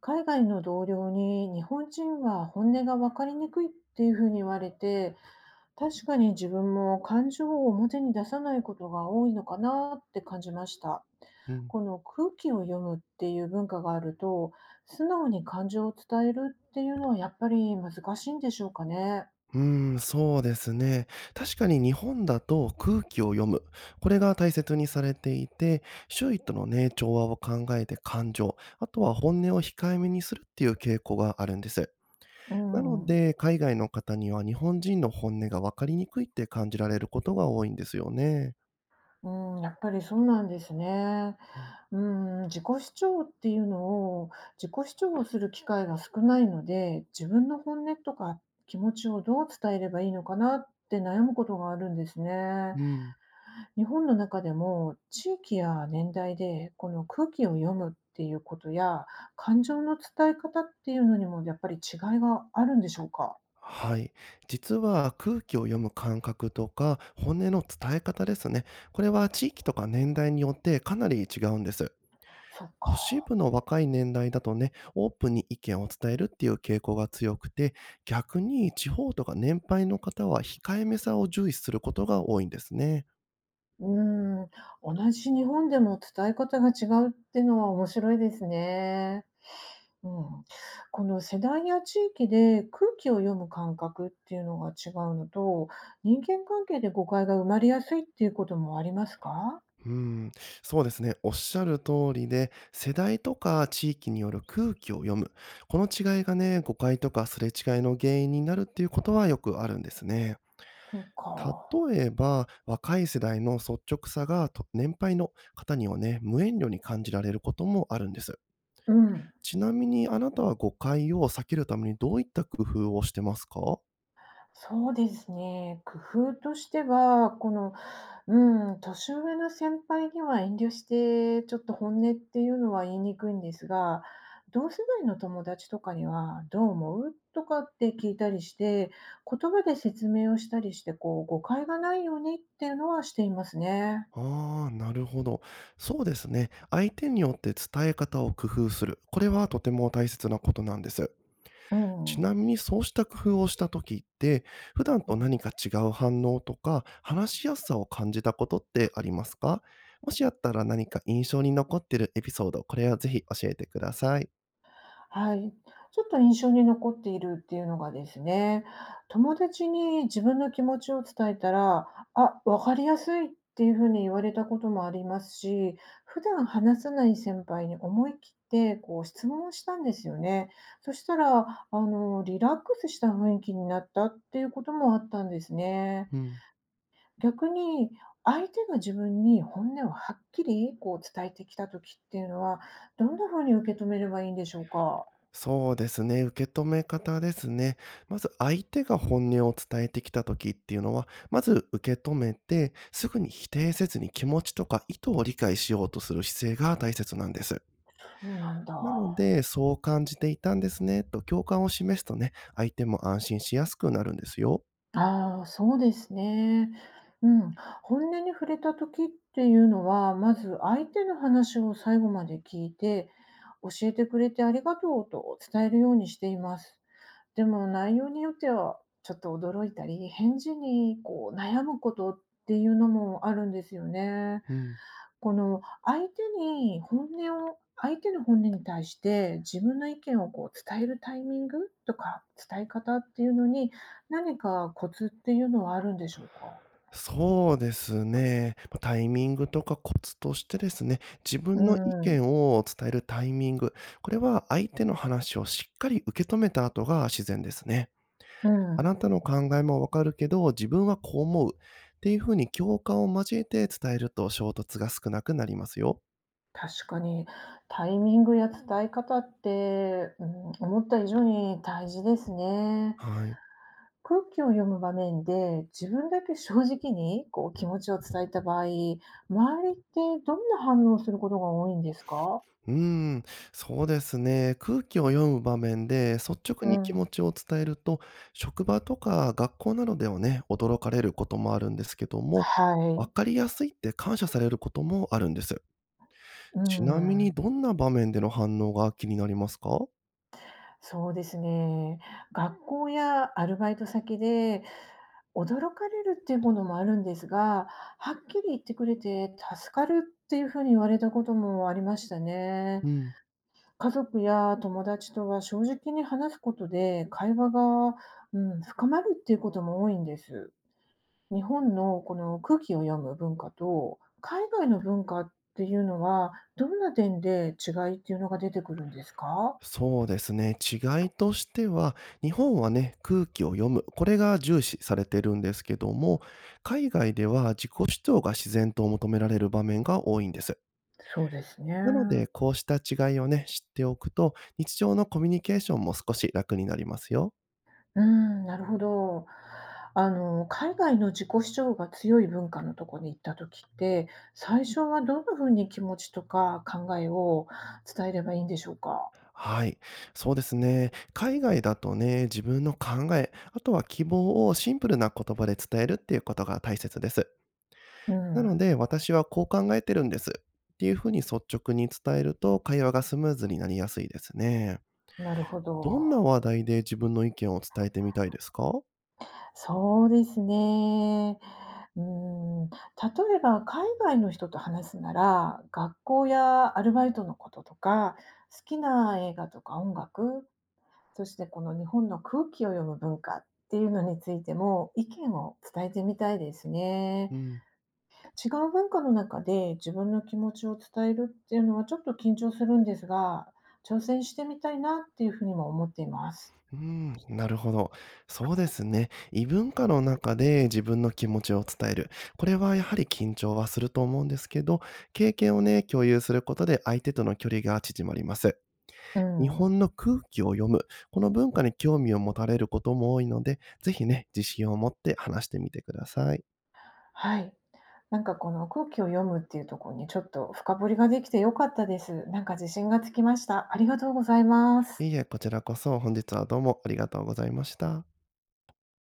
海外の同僚に日本人は本音が分かりにくいっていうふうに言われて、確かに自分も感情を表に出さないことが多いのかなって感じました。うん。この空気を読むっていう文化があると、素直に感情を伝えるっていうのはやっぱり難しいんでしょうかね。うーそうですね。確かに日本だと空気を読む。これが大切にされていて、周囲とのね、調和を考えて感情、あとは本音を控えめにするっていう傾向があるんです。うなのん。で、海外の方には日本人の本音が分かりにくいって感じられることが多いんですよね。うん、やっぱりそうなんですね。うん、自己主張っていうのを自己主張をする機会が少ないので、自分の本音とか気持ちをどう伝えればいいのかなって悩むことがあるんですね。うん。日本の中でも地域や年代でこの空気を読むっていうことや、感情の伝え方っていうのにもやっぱり違いがあるんでしょうか？はい。実は空気を読む感覚とか本音の伝え方ですね。これは地域とか年代によってかなり違うんです。そっ都市か。部の若い年代だとね、オープンに意見を伝えるっていう傾向が強くて、逆に地方とか年配の方は控えめさを重視することが多いんですね。うーん、同じ日本でも伝え方が違うっていうのは面白いですね。うん、この世代や地域で空気を読む感覚っていうのが違うのと、人間関係で誤解が生まれやすいっていうこともありますか？うん、そうですね。おっしゃる通りで、世代とか地域による空気を読む。この違いがね、誤解とかすれ違いの原因になるっていうことはよくあるんですね。そうか。例えば、若い世代の率直さがと年配の方にはね、無遠慮に感じられることもあるんです。うん。ちなみにあなたは誤解を避けるためにどういった工夫をしてますか？そうですね。工夫としては、この、うん、年上の先輩には遠慮して、ちょっと本音っていうのは言いにくいんですが、同世代の友達とかには「どう思う？」とかって聞いたりして、言葉で説明をしたりして、こう、誤解がないようにっていうのはしていますね。ああ、なるほど。そうですね。相手によって伝え方を工夫する。これはとても大切なことなんです。うちなん。みにそうした工夫をした時って、普段と何か違う反応とか、話しやすさを感じたことってありますか？もしあったら何か印象に残ってるエピソード、これはぜひ教えてください。はい。ちょっと印象に残っているっていうのがですね、友達に自分の気持ちを伝えたら、あ、わかりやすいっていうふうに言われたこともありますし、普段話さない先輩に思い切ってこう質問をしたんですよね。そしたら、リラックスした雰囲気になったっていうこともあったんですね。うん。逆に、相手が自分に本音をはっきりこう伝えてきた時っていうのは、どんなふうに受け止めればいいんでしょうか。そうですね、受け止め方ですね。まず相手が本音を伝えてきた時っていうのは、まず受け止めて、すぐに否定せずに気持ちとか意図を理解しようとする姿勢が大切なんです。そうなんだ。なので、そう感じていたんですねと共感を示すとね、相手も安心しやすくなるんですよ。ああ、そうですね。うん。本音に触れた時っていうのは、まず相手の話を最後まで聞いて、教えてくれてありがとうと伝えるようにしています。でも内容によってはちょっと驚いたり、返事にこう悩むことっていうのもあるんですよね。うん。この相手に本音を相手の本音に対して自分の意見をこう伝えるタイミングとか、伝え方っていうのに、何かコツっていうのはあるんでしょうか？そうですね。ま、タイミングとかコツとしてですね、自う分の意見ん、を伝えるタイミング、これは相手の話をしっかり受け止めた後が自然ですね。うあなん、たの考えもわかるけど、自分はこう思うっていう風に共感を交えて伝えると衝突が少なくなりますよ。確かに、タイミングや伝え方って、うん、思った以上に大事ですね。はい。空気を読む場面で、自分だけ正直にこう気持ちを伝えた場合、周りってどんな反応をすることが多いんですか？うーん、そうですね。空気を読む場面で率直うに気ん。持ちを伝えると、職場とか学校などではね、驚かれることもあるんですけども、はわい。かりやすいって感謝されることもあるんです。うちなみにん、どんな場面での反応が気になりますか？そうですね。学校やアルバイト先で驚かれるっていうものもあるんですが、はっきり言ってくれて助かるっていうふうに言われたこともありましたね。うん。家族や友達とは正直に話すことで会話が、うん、深まるっていうことも多いんです。日本のこの空気を読む文化と海外の文化っていうのはどんな点で違いっていうのが出てくるんですか？そうですね。違いとしては、日本はね、空気を読む。これが重視されてるんですけども、海外では自己主張が自然と求められる場面が多いんです。そうですね。なので、こうした違いをね、知っておくと、日常のコミュニケーションも少し楽になりますよ。うん、なるほど。海外の自己主張が強い文化のとこに行った時って、最初はどんなふうに気持ちとか考えを伝えればいいんでしょうか？はい。そうですね。海外だとね、自分の考え、あとは希望をシンプルな言葉で伝えるっていうことが大切です。うなのん、で、私はこう考えてるんですっていうふうに率直に伝えると、会話がスムーズになりやすいですね。なるほどんなど。話題で自分の意見を伝えてみたいですか？そうですね。うん、例えば海外の人と話すなら、学校やアルバイトのこととか、好きな映画とか音楽、そしてこの日本の空気を読む文化っていうのについても意見を伝えてみたいですね。うん。違う文化の中で自分の気持ちを伝えるっていうのはちょっと緊張するんですが、挑戦してみたいなっていうふうにも思っています。なるほど。そうですね。異文化の中で自分の気持ちを伝える。これはやはり緊張はすると思うんですけど、経験をね、共有することで相手との距離が縮まります。う日ん。本の空気を読む。この文化に興味を持たれることも多いので、ぜひね、自信を持って話してみてください。はい。なんかこの空気を読むっていうところにちょっと深掘りができてよかったです。なんか自信がつきました。ありがとうございます。いいえ、こちらこそ本日はどうもありがとうございました。